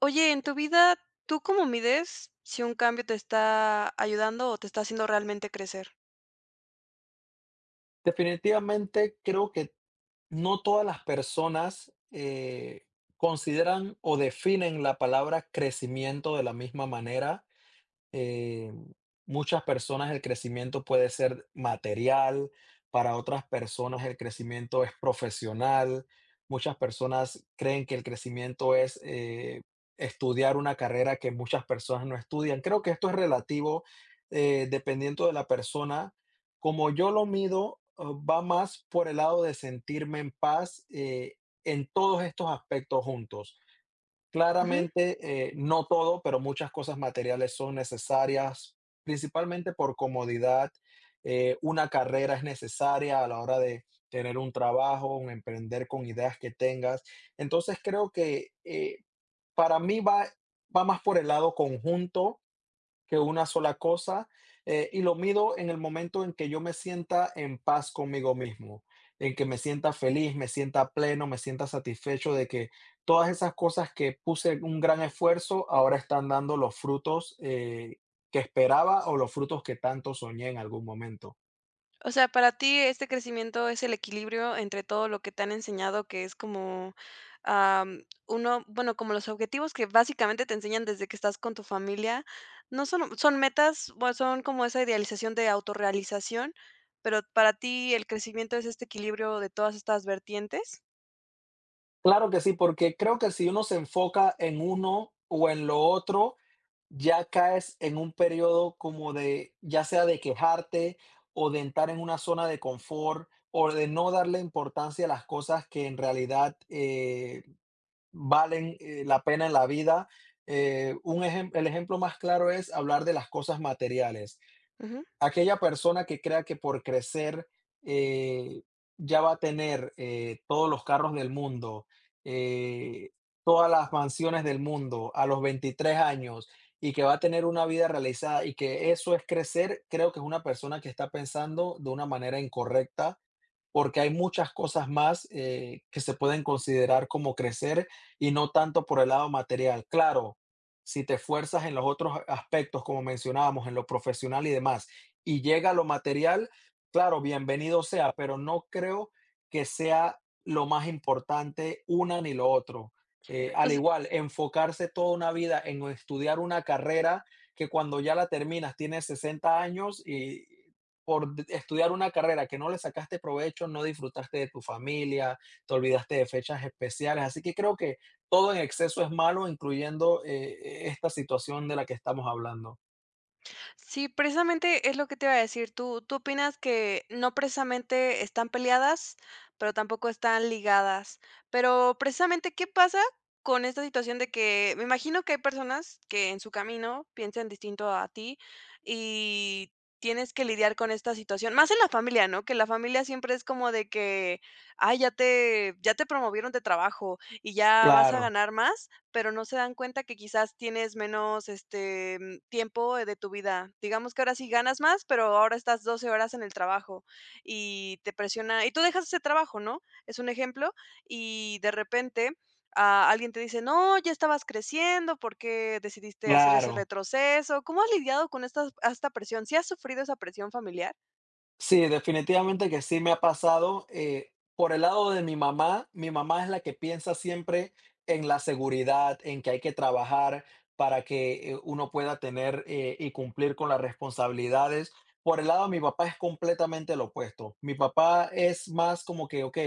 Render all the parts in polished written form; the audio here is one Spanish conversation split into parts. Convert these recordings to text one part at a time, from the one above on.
Oye, en tu vida, ¿tú cómo mides si un cambio te está ayudando o te está haciendo realmente crecer? Definitivamente creo que no todas las personas consideran o definen la palabra crecimiento de la misma manera. eh, Muchas personas el crecimiento puede ser material, para otras personas el crecimiento es profesional, muchas personas creen que el crecimiento es estudiar una carrera que muchas personas no estudian. Creo que esto es relativo dependiendo de la persona. Como yo lo mido, va más por el lado de sentirme en paz en todos estos aspectos juntos. Ujú. Claramente, no todo, pero muchas cosas materiales son necesarias, principalmente por comodidad. Una carrera es necesaria a la hora de tener un trabajo, un emprender con ideas que tengas. Entonces creo que para mí va más por el lado conjunto que una sola cosa, y lo mido en el momento en que yo me sienta en paz conmigo mismo, en que me sienta feliz, me sienta pleno, me sienta satisfecho de que todas esas cosas que puse un gran esfuerzo ahora están dando los frutos que esperaba o los frutos que tanto soñé en algún momento. O sea, para ti este crecimiento es el equilibrio entre todo lo que te han enseñado, que es como, uno, bueno, como los objetivos que básicamente te enseñan desde que estás con tu familia, no son, son metas, bueno, son como esa idealización de autorrealización, pero para ti el crecimiento es este equilibrio de todas estas vertientes. Claro que sí, porque creo que si uno se enfoca en uno o en lo otro, ya caes en un periodo como de, ya sea de quejarte o de entrar en una zona de confort o de no darle importancia a las cosas que en realidad valen la pena en la vida. El ejemplo más claro es hablar de las cosas materiales. Ujú. Aquella persona que crea que por crecer, eh, ya va a tener, todos los carros del mundo, eh, todas las mansiones del mundo a los 23 años, y que va a tener una vida realizada y que eso es crecer, creo que es una persona que está pensando de una manera incorrecta, porque hay muchas cosas más que se pueden considerar como crecer y no tanto por el lado material. Claro, si te esfuerzas en los otros aspectos, como mencionábamos, en lo profesional y demás, y llega lo material, claro, bienvenido sea, pero no creo que sea lo más importante una ni lo otro. O Al s- igual, enfocarse toda una vida en estudiar una carrera que cuando ya la terminas tienes 60 años, y por estudiar una carrera que no le sacaste provecho, no disfrutaste de tu familia, te olvidaste de fechas especiales. Así que creo que todo en exceso es malo, incluyendo esta situación de la que estamos hablando. Sí, precisamente es lo que te iba a decir. Tú opinas que no precisamente están peleadas, pero tampoco están ligadas? Pero precisamente, ¿qué pasa con esta situación de que me imagino que hay personas que en su camino piensan distinto a ti y tienes que lidiar con esta situación? Más en la familia, ¿no? Que la familia siempre es como de que, ay, ya te promovieron de trabajo y ya vas a Claro, ganar más, pero no se dan cuenta que quizás tienes menos, este tiempo de tu vida. Digamos que ahora sí ganas más, pero ahora estás 12 horas en el trabajo y te presiona y tú dejas ese trabajo, ¿no? Es un ejemplo, y de repente, ah, alguien te dice: "No, ya estabas creciendo, ¿por qué decidiste hacer ese claro. retroceso?". ¿Cómo has lidiado con esta presión? ¿Sí has sufrido esa presión familiar? Sí, definitivamente que sí me ha pasado. Por el lado de mi mamá es la que piensa siempre en la seguridad, en que hay que trabajar para que uno pueda tener y cumplir con las responsabilidades. Por el lado de mi papá es completamente lo opuesto. Mi papá es más como que, ok,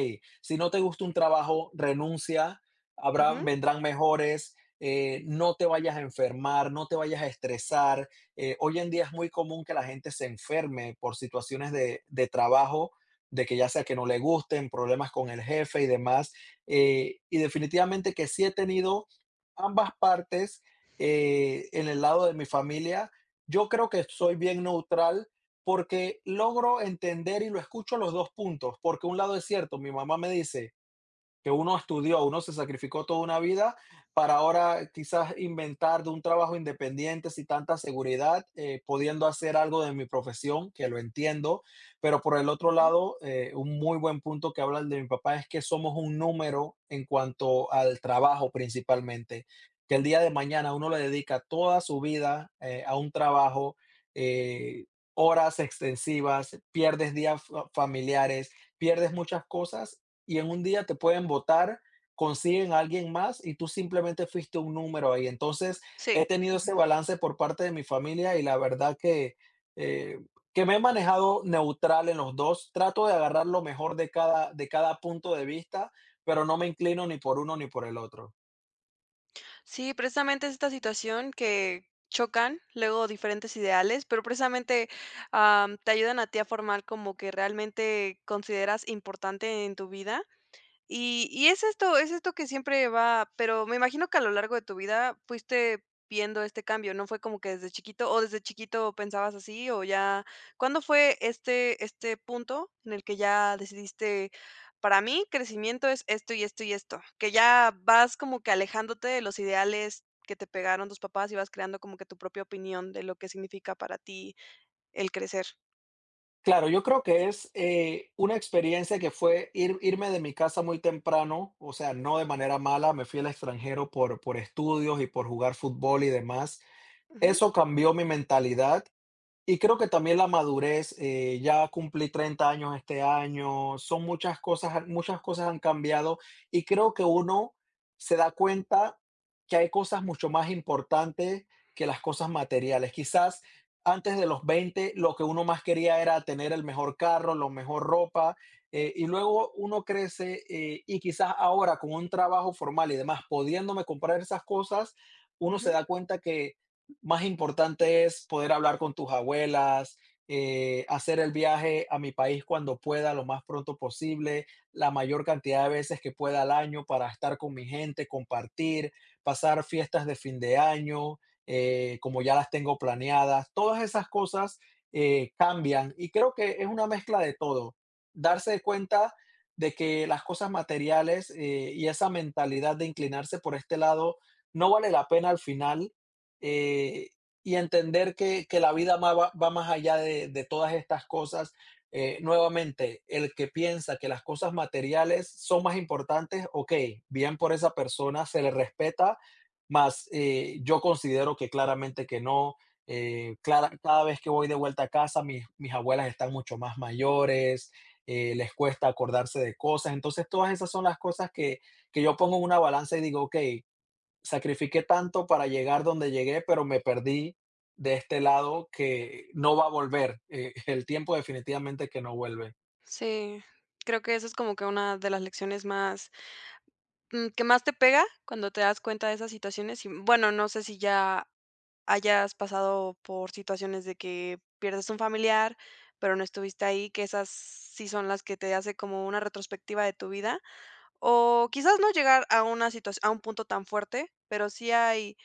si no te gusta un trabajo, renuncia, habrá, Ujú, vendrán mejores, no te vayas a enfermar, no te vayas a estresar. Hoy en día es muy común que la gente se enferme por situaciones de trabajo, de que ya sea que no le gusten, problemas con el jefe y demás. Y definitivamente que sí he tenido ambas partes en el lado de mi familia. Yo creo que soy bien neutral porque logro entender y lo escucho a los dos puntos, porque un lado es cierto, mi mamá me dice que uno estudió, uno se sacrificó toda una vida para ahora quizás inventar de un trabajo independiente sin tanta seguridad, pudiendo hacer algo de mi profesión, que lo entiendo, pero por el otro ujú. lado, un muy buen punto que habla el de mi papá es que somos un número en cuanto al trabajo principalmente, que el día de mañana uno le dedica toda su vida a un trabajo, eh, horas extensivas, pierdes días familiares, pierdes muchas cosas y en un día te pueden votar, consiguen a alguien más y tú simplemente fuiste un número ahí. Entonces, he Sí, tenido ese balance por parte de mi familia y la verdad eh, que me he manejado neutral en los dos. Trato de agarrar lo mejor de cada punto de vista, pero no me inclino ni por uno ni por el otro. sí, precisamente es esta situación que chocan luego diferentes ideales, pero precisamente, te ayudan a ti a formar como que realmente consideras importante en tu vida. Y es esto que siempre va, pero me imagino que a lo largo de tu vida fuiste viendo este cambio, ¿no? Fue como que desde chiquito o desde chiquito pensabas así o ya, ¿cuándo fue este punto en el que ya decidiste: "Para mí, crecimiento es esto y esto y esto"? Que ya vas como que alejándote de los ideales que te pegaron tus papás y vas creando como que tu propia opinión de lo que significa para ti el crecer. Claro, yo creo que es una experiencia que fue irme de mi casa muy temprano, o sea, no de manera mala, me fui al extranjero por estudios y por jugar fútbol y demás. Ujú, Eso cambió mi mentalidad y creo que también la madurez. Ya cumplí 30 años este año, son muchas cosas han cambiado y creo que uno se da cuenta que hay cosas mucho más importantes que las cosas materiales. Quizás antes de los 20 lo que uno más quería era tener el mejor carro, la mejor ropa, y luego uno crece, y quizás ahora con un trabajo formal y demás, pudiéndome comprar esas cosas, uno se ujú. da cuenta que más importante es poder hablar con tus abuelas, hacer el viaje a mi país cuando pueda, lo más pronto posible, la mayor cantidad de veces que pueda al año para estar con mi gente, compartir, pasar fiestas de fin de año, como ya las tengo planeadas. Todas esas cosas cambian y creo que es una mezcla de todo. Darse cuenta de que las cosas materiales y esa mentalidad de inclinarse por este lado no vale la pena al final, eh, y entender que la vida va más allá de todas estas cosas. Nuevamente, el que piensa que las cosas materiales son más importantes, ok, bien por esa persona, se le respeta, mas yo considero que claramente que no. Cada vez que voy de vuelta a casa, mis abuelas están mucho más mayores, les cuesta acordarse de cosas. Entonces, todas esas son las cosas que yo pongo en una balanza y digo, ok, sacrifiqué tanto para llegar donde llegué, pero me perdí de este lado que no va a volver. El tiempo definitivamente que no vuelve. Sí, creo que eso es como que una de las lecciones más. Mm, ¿qué más te pega cuando te das cuenta de esas situaciones? Y, bueno, no sé si ya hayas pasado por situaciones de que pierdes un familiar, pero no estuviste ahí, que esas sí son las que te hace como una retrospectiva de tu vida, o quizás no llegar a una situación a un punto tan fuerte, pero sí hay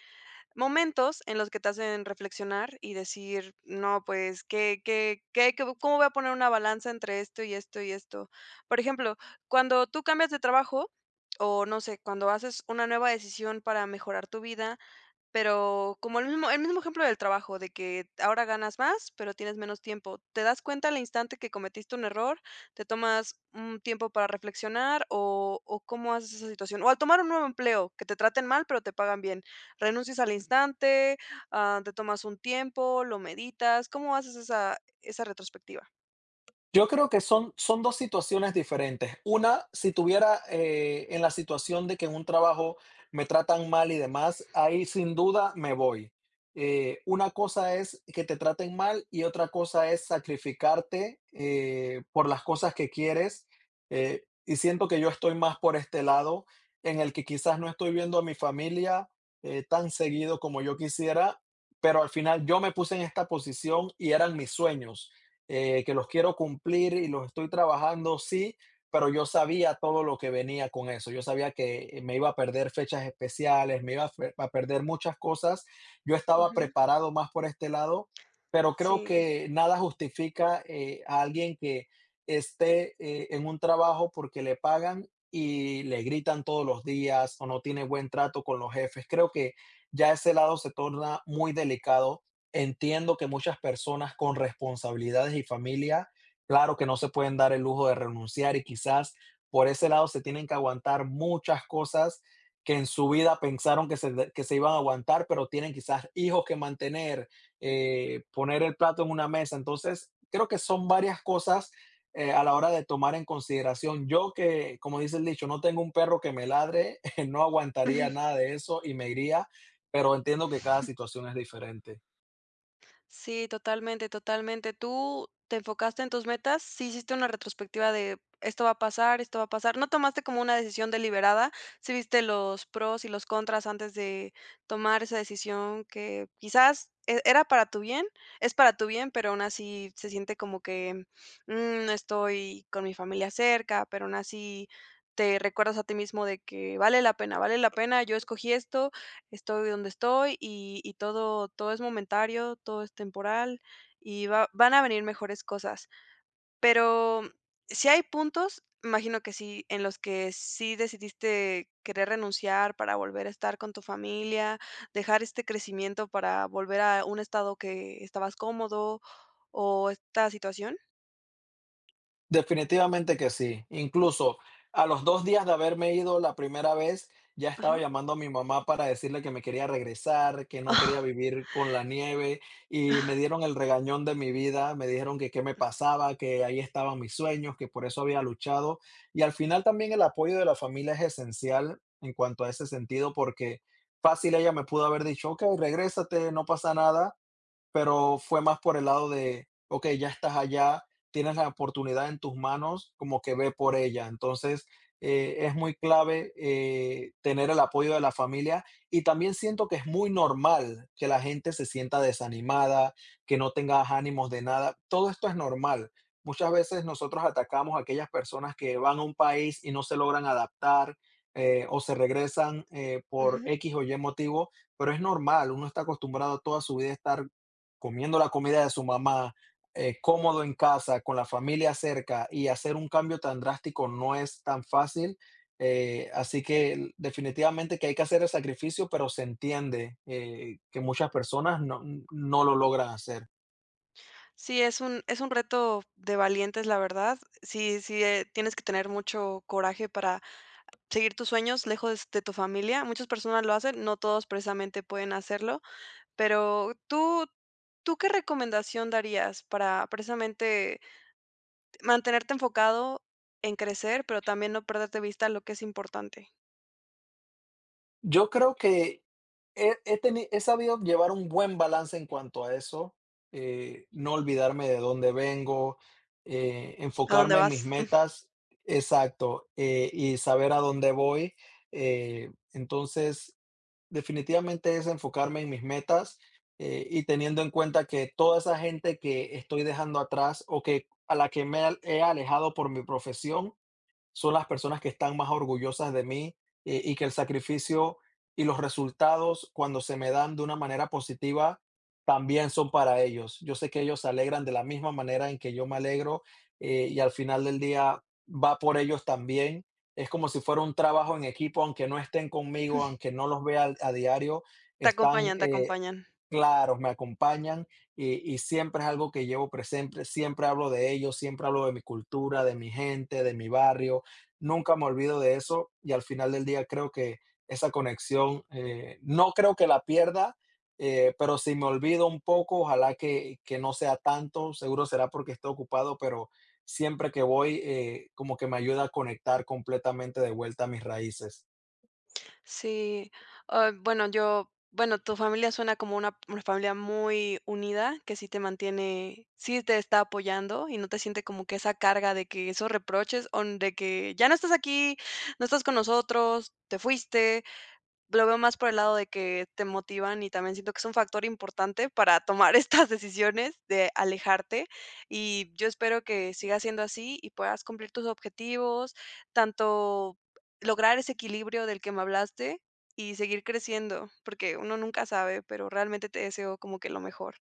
momentos en los que te hacen reflexionar y decir, no, pues, cómo voy a poner una balanza entre esto y esto y esto? Por ejemplo, cuando tú cambias de trabajo o no sé, cuando haces una nueva decisión para mejorar tu vida, pero como el mismo ejemplo del trabajo, de que ahora ganas más, pero tienes menos tiempo. ¿Te das cuenta al instante que cometiste un error? ¿Te tomas un tiempo para reflexionar o cómo haces esa situación? O al tomar un nuevo empleo, que te traten mal, pero te pagan bien, ¿renuncias al instante, ah, te tomas un tiempo, lo meditas? ¿Cómo haces esa retrospectiva? Yo creo que son 2 situaciones diferentes. Una, si tuviera, en la situación de que en un trabajo me tratan mal y demás, ahí sin duda me voy. Una cosa es que te traten mal y otra cosa es sacrificarte, por las cosas que quieres, y siento que yo estoy más por este lado, en el que quizás no estoy viendo a mi familia, tan seguido como yo quisiera, pero al final yo me puse en esta posición y eran mis sueños, que los quiero cumplir y los estoy trabajando, sí, pero yo sabía todo lo que venía con eso. Yo sabía que me iba a perder fechas especiales, me iba a perder muchas cosas. Yo estaba Ujú, preparado más por este lado, pero creo sí. que nada justifica a alguien que esté en un trabajo porque le pagan y le gritan todos los días o no tiene buen trato con los jefes. Creo que ya ese lado se torna muy delicado. Entiendo que muchas personas con responsabilidades y familia, claro que no se pueden dar el lujo de renunciar y quizás por ese lado se tienen que aguantar muchas cosas que en su vida pensaron que se iban a aguantar, pero tienen quizás hijos que mantener, poner el plato en una mesa. Entonces, creo que son varias cosas a la hora de tomar en consideración. Yo que, como dice el dicho, no tengo un perro que me ladre, no aguantaría nada de eso y me iría, pero entiendo que cada situación es diferente. Sí, totalmente, totalmente. Tú te enfocaste en tus metas, sí hiciste una retrospectiva de esto va a pasar, esto va a pasar. No tomaste como una decisión deliberada, sí viste los pros y los contras antes de tomar esa decisión que quizás era para tu bien, es para tu bien, pero aún así se siente como que "Mm, no estoy con mi familia cerca, pero aún así te recuerdas a ti mismo de que vale la pena, yo escogí esto, estoy donde estoy y todo es momentario, todo es temporal y va van a venir mejores cosas. Pero si hay puntos, imagino que sí, en los que sí decidiste querer renunciar para volver a estar con tu familia, dejar este crecimiento para volver a un estado que estabas cómodo o esta situación. Definitivamente que sí. Incluso a los 2 días de haberme ido la primera vez, ya estaba Ajá. llamando a mi mamá para decirle que me quería regresar, que no quería vivir con la nieve, y me dieron el regañón de mi vida, me dijeron que qué me pasaba, que ahí estaban mis sueños, que por eso había luchado. Y al final también el apoyo de la familia es esencial en cuanto a ese sentido, porque fácil ella me pudo haber dicho: "Okey, regrésate, no pasa nada", pero fue más por el lado de, okey, ya estás allá, tienes la oportunidad en tus manos, como que ve por ella. Entonces, es muy clave, tener el apoyo de la familia, y también siento que es muy normal que la gente se sienta desanimada, que no tengas ánimos de nada. Todo esto es normal. Muchas veces nosotros atacamos a aquellas personas que van a un país y no se logran adaptar, o se regresan, por Ujú. X o Y motivo, pero es normal, uno está acostumbrado toda su vida a estar comiendo la comida de su mamá, cómodo en casa, con la familia cerca, y hacer un cambio tan drástico no es tan fácil. Definitivamente que hay que hacer el sacrificio, pero se entiende que muchas personas no lo logran hacer. Sí, es un reto de valientes, la verdad. Sí, sí, tienes que tener mucho coraje para seguir tus sueños lejos de tu familia. Muchas personas lo hacen, no todos precisamente pueden hacerlo, pero tú, ¿tú qué recomendación darías para precisamente mantenerte enfocado en crecer, pero también no perderte vista lo que es importante? Yo creo que he sabido llevar un buen balance en cuanto a eso, no olvidarme de dónde vengo, ¿A dónde enfocarme en mis vas? metas. Exacto, y saber a dónde voy, entonces, definitivamente es enfocarme en mis metas, y teniendo en cuenta que toda esa gente que estoy dejando atrás o que a la que me he alejado por mi profesión, son las personas que están más orgullosas de mí, y que el sacrificio y los resultados cuando se me dan de una manera positiva también son para ellos. Yo sé que ellos se alegran de la misma manera en que yo me alegro, y al final del día va por ellos también. Es como si fuera un trabajo en equipo, aunque no estén conmigo, aunque no los vea diario, Te están acompañan, te eh. acompañan. Claro, me acompañan, y siempre es algo que llevo presente, siempre hablo de ellos, siempre hablo de mi cultura, de mi gente, de mi barrio, nunca me olvido de eso y al final del día creo que esa conexión, no creo que la pierda, pero si me olvido un poco, ojalá que no sea tanto, seguro será porque estoy ocupado, pero siempre que voy, como que me ayuda a conectar completamente de vuelta a mis raíces. Sí, ah, bueno, bueno, tu familia suena como una familia muy unida, que sí te mantiene, sí te está apoyando y no te siente como que esa carga de que esos reproches o de que ya no estás aquí, no estás con nosotros, te fuiste. Lo veo más por el lado de que te motivan y también siento que es un factor importante para tomar estas decisiones de alejarte. Y yo espero que siga siendo así y puedas cumplir tus objetivos, tanto lograr ese equilibrio del que me hablaste y seguir creciendo, porque uno nunca sabe, pero realmente te deseo como que lo mejor.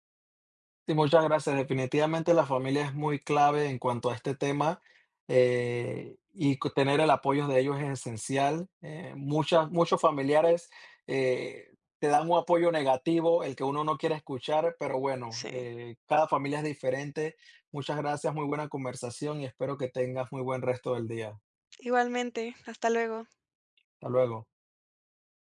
Sí, muchas gracias. Definitivamente la familia es muy clave en cuanto a este tema, y co tener el apoyo de ellos es esencial. Muchas Muchos familiares, eh, te dan un apoyo negativo, el que uno no quiere escuchar, pero bueno, Sí. Cada familia es diferente. Muchas gracias, muy buena conversación y espero que tengas muy buen resto del día. Igualmente, hasta luego. Hasta luego.